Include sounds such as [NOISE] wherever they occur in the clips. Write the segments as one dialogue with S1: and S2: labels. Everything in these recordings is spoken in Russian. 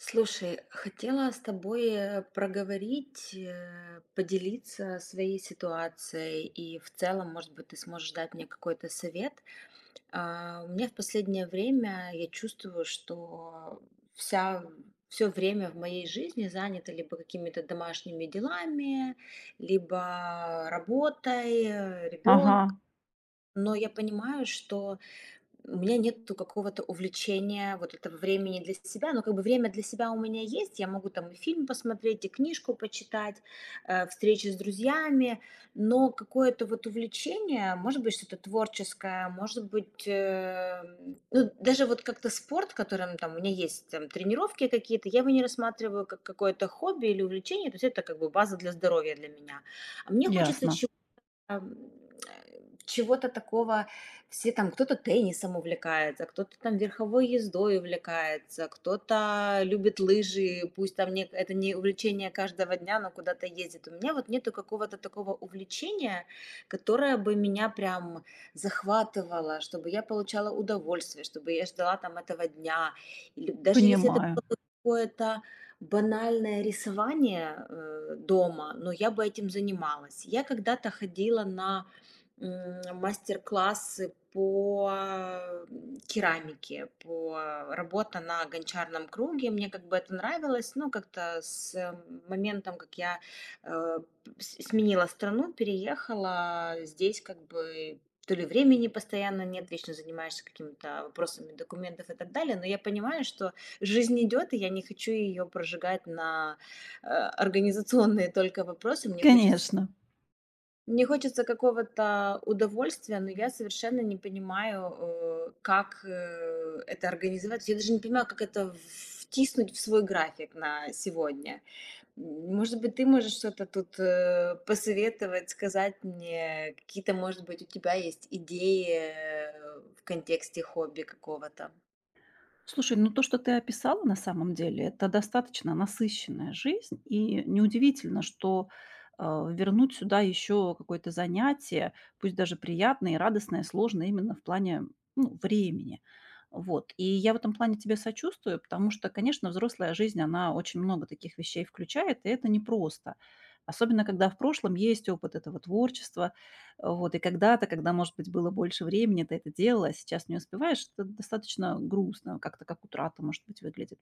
S1: Слушай, хотела с тобой проговорить, поделиться своей ситуацией, и в целом, может быть, ты сможешь дать мне какой-то совет. У меня в последнее время я чувствую, что вся все время в моей жизни занято либо какими-то домашними делами, либо работой, ребенком.
S2: Ага,
S1: Но я понимаю, что у меня нету какого-то увлечения, вот этого времени для себя, но как бы время для себя у меня есть, я могу там и фильм посмотреть, и книжку почитать, встречи с друзьями, но какое-то вот увлечение, может быть, что-то творческое, может быть, ну, даже вот как-то спорт, которым там у меня есть там, тренировки какие-то, я его не рассматриваю как какое-то хобби или увлечение, то есть это как бы база для здоровья для меня. А мне хочется
S2: ясно.
S1: Ам, э, чего-то такого. Все там, кто-то теннисом увлекается, кто-то там верховой ездой увлекается, кто-то любит лыжи, пусть там не, это не увлечение каждого дня, но куда-то ездит. У меня вот нету какого-то такого увлечения, которое бы меня прям захватывало, чтобы я получала удовольствие, чтобы я ждала там этого дня. Или даже если это
S2: Понимаю.
S1: было какое-то банальное рисование дома, но я бы этим занималась. Я когда-то ходила на мастер-классы по керамике, по работа на гончарном круге. Мне как бы это нравилось, но как-то с моментом, как я э, сменила страну, переехала здесь как бы то ли времени постоянно нет, вечно занимаешься какими-то вопросами документов и так далее, но я понимаю, что жизнь идет, и я не хочу ее прожигать на организационные только вопросы. Мне хочется
S2: Конечно.
S1: мне хочется какого-то удовольствия, но я совершенно не понимаю, как, это организовать. Я даже не понимаю, как это втиснуть в свой график на сегодня. Может быть, ты можешь что-то тут, посоветовать, сказать мне? Какие-то, может быть, у тебя есть идеи, в контексте хобби какого-то?
S2: Слушай, ну то, что ты описала на самом деле, это достаточно насыщенная жизнь, и неудивительно, что э, вернуть сюда еще какое-то занятие, пусть даже приятное и радостное, сложно именно в плане ну, времени. Вот. И я в этом плане тебе сочувствую, потому что, конечно, взрослая жизнь, она очень много таких вещей включает, и это непросто. Особенно, когда в прошлом есть опыт этого творчества. Вот, и когда-то, когда, может быть, было больше времени, ты это делала, а сейчас не успеваешь, это достаточно грустно, как-то как утрата, может быть, выглядит.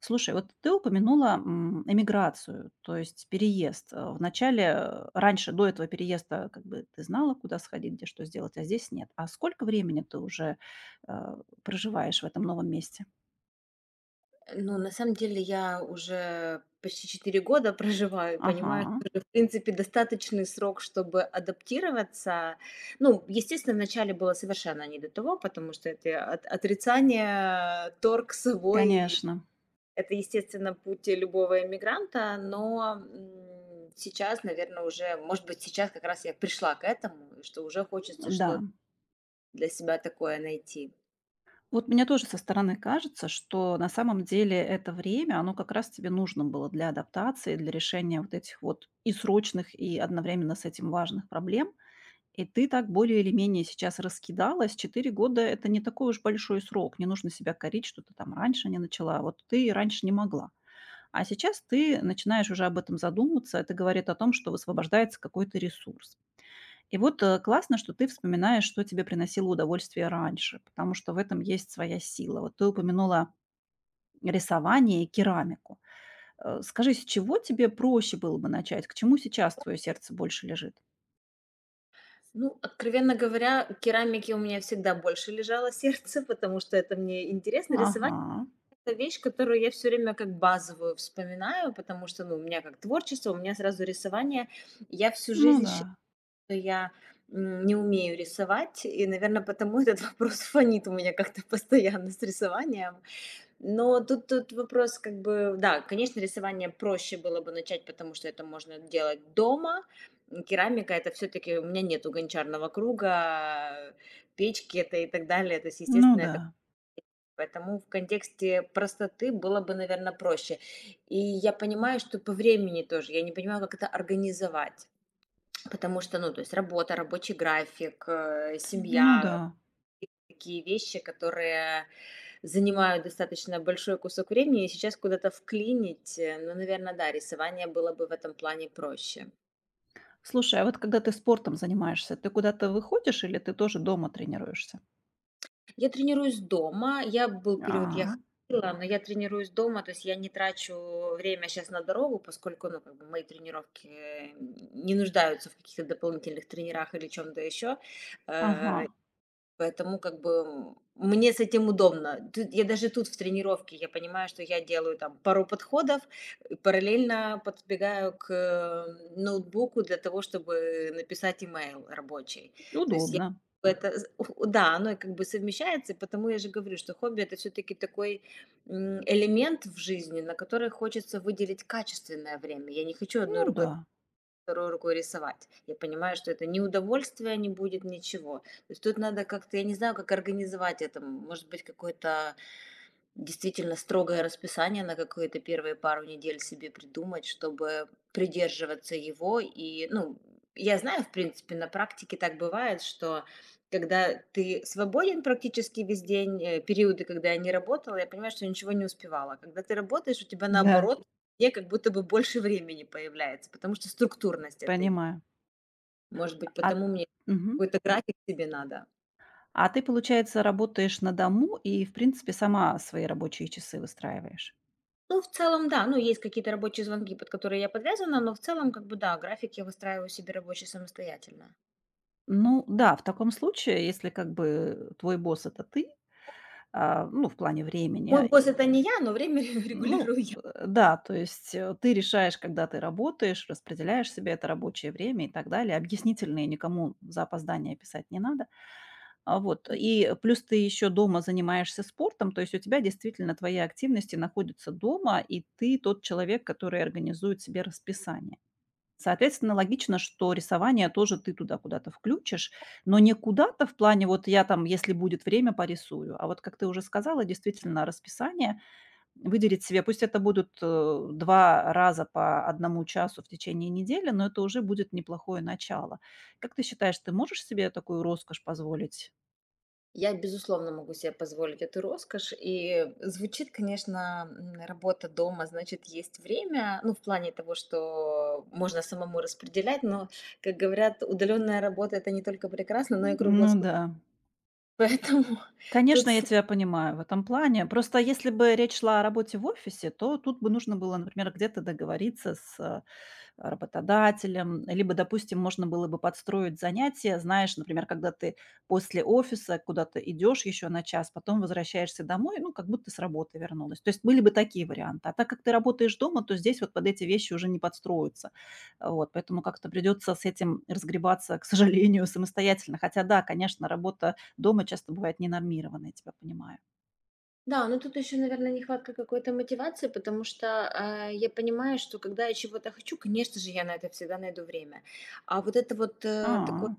S2: Слушай, вот ты упомянула эмиграцию, то есть переезд. Вначале, раньше, до этого переезда, как бы ты знала, куда сходить, где что сделать, а здесь нет. А сколько времени ты уже э, проживаешь в этом новом месте?
S1: Ну, на самом деле я уже почти 4 года [LAUGHS] проживаю и понимаю,
S2: Ага,
S1: что это, в принципе, достаточный срок, чтобы адаптироваться. Ну, естественно, вначале было совершенно не до того, потому что это отрицание, торг свой.
S2: конечно,
S1: Это, естественно, путь любого иммигранта, но сейчас, наверное, уже, может быть, сейчас как раз я пришла к этому, и что уже хочется
S2: да.
S1: что-то для себя такое найти.
S2: Вот мне тоже со стороны кажется, что на самом деле это время, оно как раз тебе нужно было для адаптации, для решения вот этих вот и срочных, и одновременно с этим важных проблем. И ты так более или менее сейчас раскидалась. 4 года – это не такой уж большой срок. Не нужно себя корить, что ты там раньше не начала. Вот ты и раньше не могла. А сейчас ты начинаешь уже об этом задумываться. Это говорит о том, что высвобождается какой-то ресурс. И вот, классно, что ты вспоминаешь, что тебе приносило удовольствие раньше, потому что в этом есть своя сила. Вот ты упомянула рисование и керамику. Скажи, с чего тебе проще было бы начать? К чему сейчас твое сердце больше лежит?
S1: Ну, откровенно говоря, керамики у меня всегда больше лежало [LAUGHS] сердце, потому что это мне интересно. Рисование —
S2: Ага.
S1: это вещь, которую я все время как базовую вспоминаю, потому что, ну, у меня как творчество, у меня сразу рисование. Я всю
S2: Ну
S1: жизнь
S2: да.
S1: считаю, что я, не умею рисовать, и, наверное, потому этот [LAUGHS] вопрос фонит у меня как-то постоянно с рисованием. Но тут вопрос как бы, да, конечно, рисование проще было бы начать, потому что это можно делать дома. Керамика, это все-таки у меня нету гончарного круга, печки это и так далее, то есть,
S2: Ну
S1: естественно,
S2: да.
S1: это. Поэтому в контексте простоты было бы, наверное, проще. И я понимаю, что по времени тоже. Я не понимаю, как это организовать. Потому что, ну, то есть работа, рабочий график,
S2: Ну да.
S1: семья, такие вещи, которые занимают достаточно большой кусок времени, и сейчас куда-то вклинить, ну, наверное, да, рисование было бы в этом плане проще.
S2: Слушай, а вот когда ты спортом занимаешься, ты куда-то выходишь или ты тоже дома тренируешься?
S1: Я тренируюсь дома, я был период, я
S2: А.
S1: ходила, но я тренируюсь дома, то есть я не трачу время сейчас на дорогу, поскольку, ну, как бы мои тренировки не нуждаются в каких-то дополнительных тренерах или чем-то еще.
S2: Ага.
S1: Поэтому как бы, мне с этим удобно. Тут я даже тут в тренировке, я понимаю, что я делаю там пару подходов, параллельно подбегаю к, ноутбуку для того, чтобы написать имейл рабочий. То есть я
S2: Удобно.
S1: это з у да, оно как бы совмещается, потому я же говорю, что хобби — это все таки такой, элемент в жизни, на который хочется выделить качественное время. Я не хочу одной
S2: Ну
S1: рукой
S2: да.
S1: второй рукой рисовать. Я понимаю, что это ни удовольствие, не будет, ничего. То есть тут надо как-то, я не знаю, как организовать это. Может быть, какой-то действительно строгое расписание на какие-то первые пару недель себе придумать, чтобы придерживаться его. И, ну, я знаю, в принципе, на практике так бывает, что когда ты свободен практически весь день, периоды, когда я не работала, я понимаю, что я ничего не успевала. Когда ты работаешь, у тебя
S2: Да.
S1: наоборот, мне как будто бы больше времени появляется, потому что структурность это есть.
S2: Понимаю.
S1: Может быть,
S2: А.
S1: потому мне
S2: Мгм.
S1: какой-то график себе надо.
S2: А ты, получается, работаешь на дому и, в принципе, сама свои рабочие часы выстраиваешь?
S1: Ну, в целом, да, ну, есть какие-то рабочие звонки, под которые я подвязана, но в целом, как бы, да, график я выстраиваю себе рабочий самостоятельно.
S2: Ну да, в таком случае, если как бы твой босс - это ты, а, ну, в плане
S1: Мой
S2: времени,
S1: босс это не я, но время [LAUGHS]
S2: ну,
S1: регулирую я.
S2: да, то есть, ты решаешь, когда ты работаешь, распределяешь себе это рабочее время и так далее. Объяснительные никому за опоздание писать не надо. А, вот. И плюс ты еще дома занимаешься спортом, то есть у тебя действительно твои активности находятся дома, и ты тот человек, который организует себе расписание. Соответственно, логично, что рисование тоже ты туда куда-то включишь, но не куда-то в плане вот я там, если будет время, порисую, а вот, как ты уже сказала, действительно расписание выделить себе. Пусть это будут 2 раза по 1 часу в течение недели, но это уже будет неплохое начало. Как ты считаешь, ты можешь себе такую роскошь позволить?
S1: Я, безусловно, могу себе позволить эту роскошь. И звучит, конечно, работа дома, значит, есть время, ну, в плане того, что можно самому распределять, но, как говорят, удаленная работа это не только прекрасно, но и
S2: Ну
S1: круглосуточно.
S2: да.
S1: [LAUGHS] Поэтому тут.
S2: Конечно, я тебя понимаю в этом плане. Просто если бы речь шла о работе в офисе, то тут бы нужно было, например, где-то договориться с работодателем. Либо, допустим, можно было бы подстроить занятия, знаешь, например, когда ты после офиса куда-то идешь еще на 1 час, потом возвращаешься домой, ну, как будто с работы вернулась. То есть были бы такие варианты. А так как ты работаешь дома, то здесь вот под эти вещи уже не подстроятся. Вот, поэтому как-то придется с этим разгребаться, к сожалению, [LAUGHS] самостоятельно. Хотя да, конечно, работа дома часто бывает ненормированной, я тебя понимаю.
S1: Да, но тут еще, наверное, нехватка какой-то мотивации, потому что я понимаю, что когда я чего-то хочу, конечно же, я на это всегда найду время. А вот это вот такой
S2: А,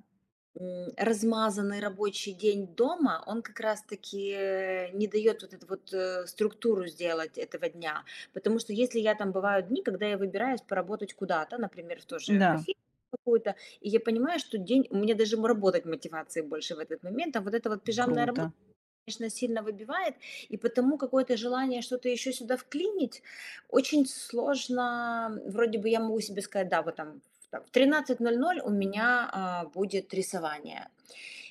S1: размазанный рабочий день дома, он как раз-таки не дает вот эту вот структуру сделать этого дня. Потому что если я там бывают дни, когда я выбираюсь поработать куда-то, например, в тоже
S2: да,
S1: кофейню какую-то, и я понимаю, что день, у меня даже работать мотивации больше в этот момент, а вот эта вот пижамная работа,
S2: круто.
S1: конечно, сильно выбивает, и потому какое-то желание что-то еще сюда вклинить очень сложно. Вроде бы я могу себе сказать, да, вот там в там ноль 13:00 у меня, будет рисование.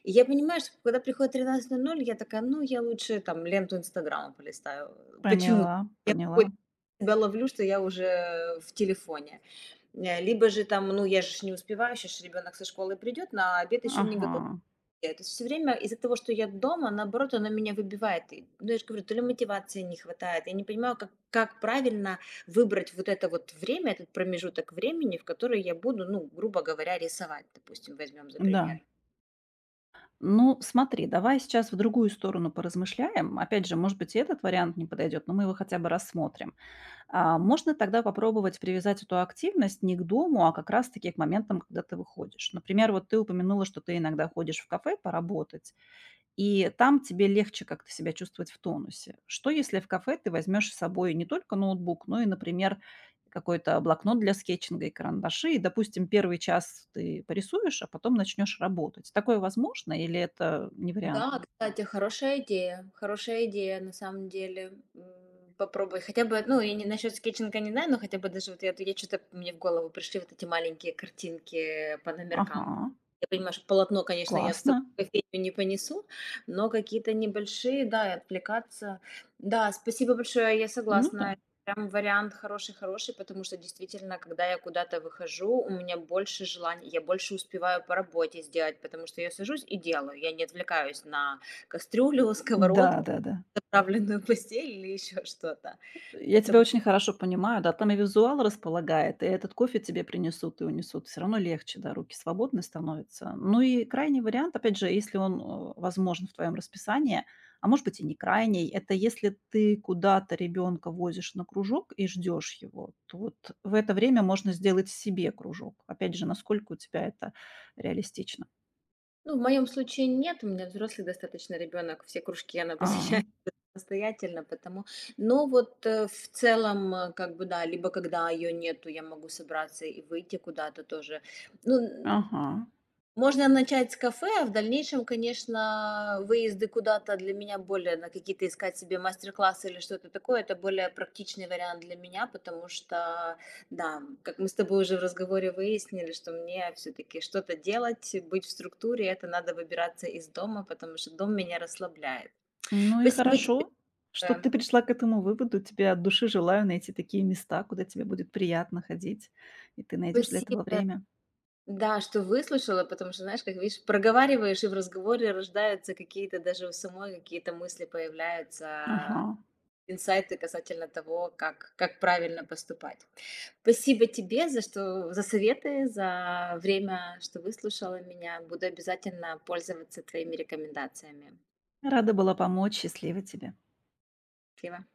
S1: И я понимаю, что когда приходит 13:00, я такая: "Ну, я лучше там ленту "Инстаграма" полистаю". Почему-то
S2: Поняла,
S1: я какой-то
S2: поняла.
S1: себя ловлю, что я уже в телефоне. Либо же там, ну, я же ж не успеваю, щас ж ребёнок со школы придет, на обед еще не
S2: Ага,
S1: готов. То есть всё время из-за того, что я дома, наоборот, оно меня выбивает. И, ну, я же говорю, то ли мотивации не хватает. Я не понимаю, как правильно выбрать вот это вот время, этот промежуток времени, в который я буду, ну, грубо говоря, рисовать, допустим, возьмем за пример.
S2: да. Ну, смотри, давай сейчас в другую сторону поразмышляем. Опять же, может быть, и этот вариант не подойдет, но мы его хотя бы рассмотрим. А, можно тогда попробовать привязать эту активность не к дому, а как раз-таки к моментам, когда ты выходишь. Например, вот ты упомянула, что ты иногда ходишь в кафе поработать. И там тебе легче как-то себя чувствовать в тонусе. Что, если в кафе ты возьмешь с собой не только ноутбук, но и, например, какой-то блокнот для скетчинга и карандаши, и, допустим, первый час ты порисуешь, а потом начнешь работать. Такое возможно или это не вариант?
S1: Да, кстати, хорошая идея на самом деле. Попробуй хотя бы, ну, я не насчет скетчинга не знаю, но хотя бы даже вот я что-то мне в голову пришли вот эти маленькие картинки по номеркам.
S2: Ага,
S1: Я понимаю, что полотно, конечно, я в собой
S2: классно.
S1: [LAUGHS] в кофейню не понесу, но какие-то небольшие, да, и отвлекаться. Да, спасибо большое, я
S2: Ну
S1: согласна.
S2: да.
S1: Прям вариант хороший-хороший, потому что действительно, когда я куда-то выхожу, у меня больше желаний, я больше успеваю по работе сделать, потому что я сажусь и делаю. Я не отвлекаюсь на кастрюлю, [LAUGHS] сковородку,
S2: Да-да-да.
S1: заправленную постель или еще что-то.
S2: Я тебя
S1: Поэтому,
S2: очень хорошо понимаю, да, там и визуал располагает, и этот кофе тебе принесут и унесут. Все равно легче, да, руки свободны становятся. Ну и крайний вариант, опять же, если он возможен в твоем расписании, а может быть и не крайний, это если ты куда-то ребенка возишь на кружок и ждешь его, то вот в это время можно сделать себе кружок. Опять же, насколько у тебя это реалистично.
S1: ну, в моем случае нет, у меня взрослый достаточно ребенок, все кружки она посещает
S2: А,
S1: [LAUGHS] самостоятельно, потому, но вот в целом, как бы, да, либо когда ее нету, я могу собраться и выйти куда-то тоже. Ну,
S2: ага.
S1: можно начать с кафе, а в дальнейшем, конечно, выезды куда-то для меня более на какие-то искать себе мастер-классы или что-то такое. Это более практичный вариант для меня, потому что, да, как мы с тобой уже в разговоре выяснили, что мне все-таки что-то делать, быть в структуре, это надо выбираться из дома, потому что дом меня расслабляет.
S2: Ну и
S1: Спасибо тебе.
S2: хорошо, что
S1: э,
S2: ты пришла к этому выводу. Тебе от души желаю найти такие места, куда тебе будет приятно ходить, и ты найдешь для этого
S1: Спасибо.
S2: время.
S1: Да, что выслушала, потому что, знаешь, как видишь, проговариваешь, и в разговоре рождаются какие-то, даже у самой какие-то мысли появляются
S2: Ага.
S1: инсайты касательно того, как правильно поступать. Спасибо тебе за что за советы, за время, что выслушала меня. Буду обязательно пользоваться твоими рекомендациями.
S2: Рада была помочь. Счастливо тебе.
S1: Спасибо.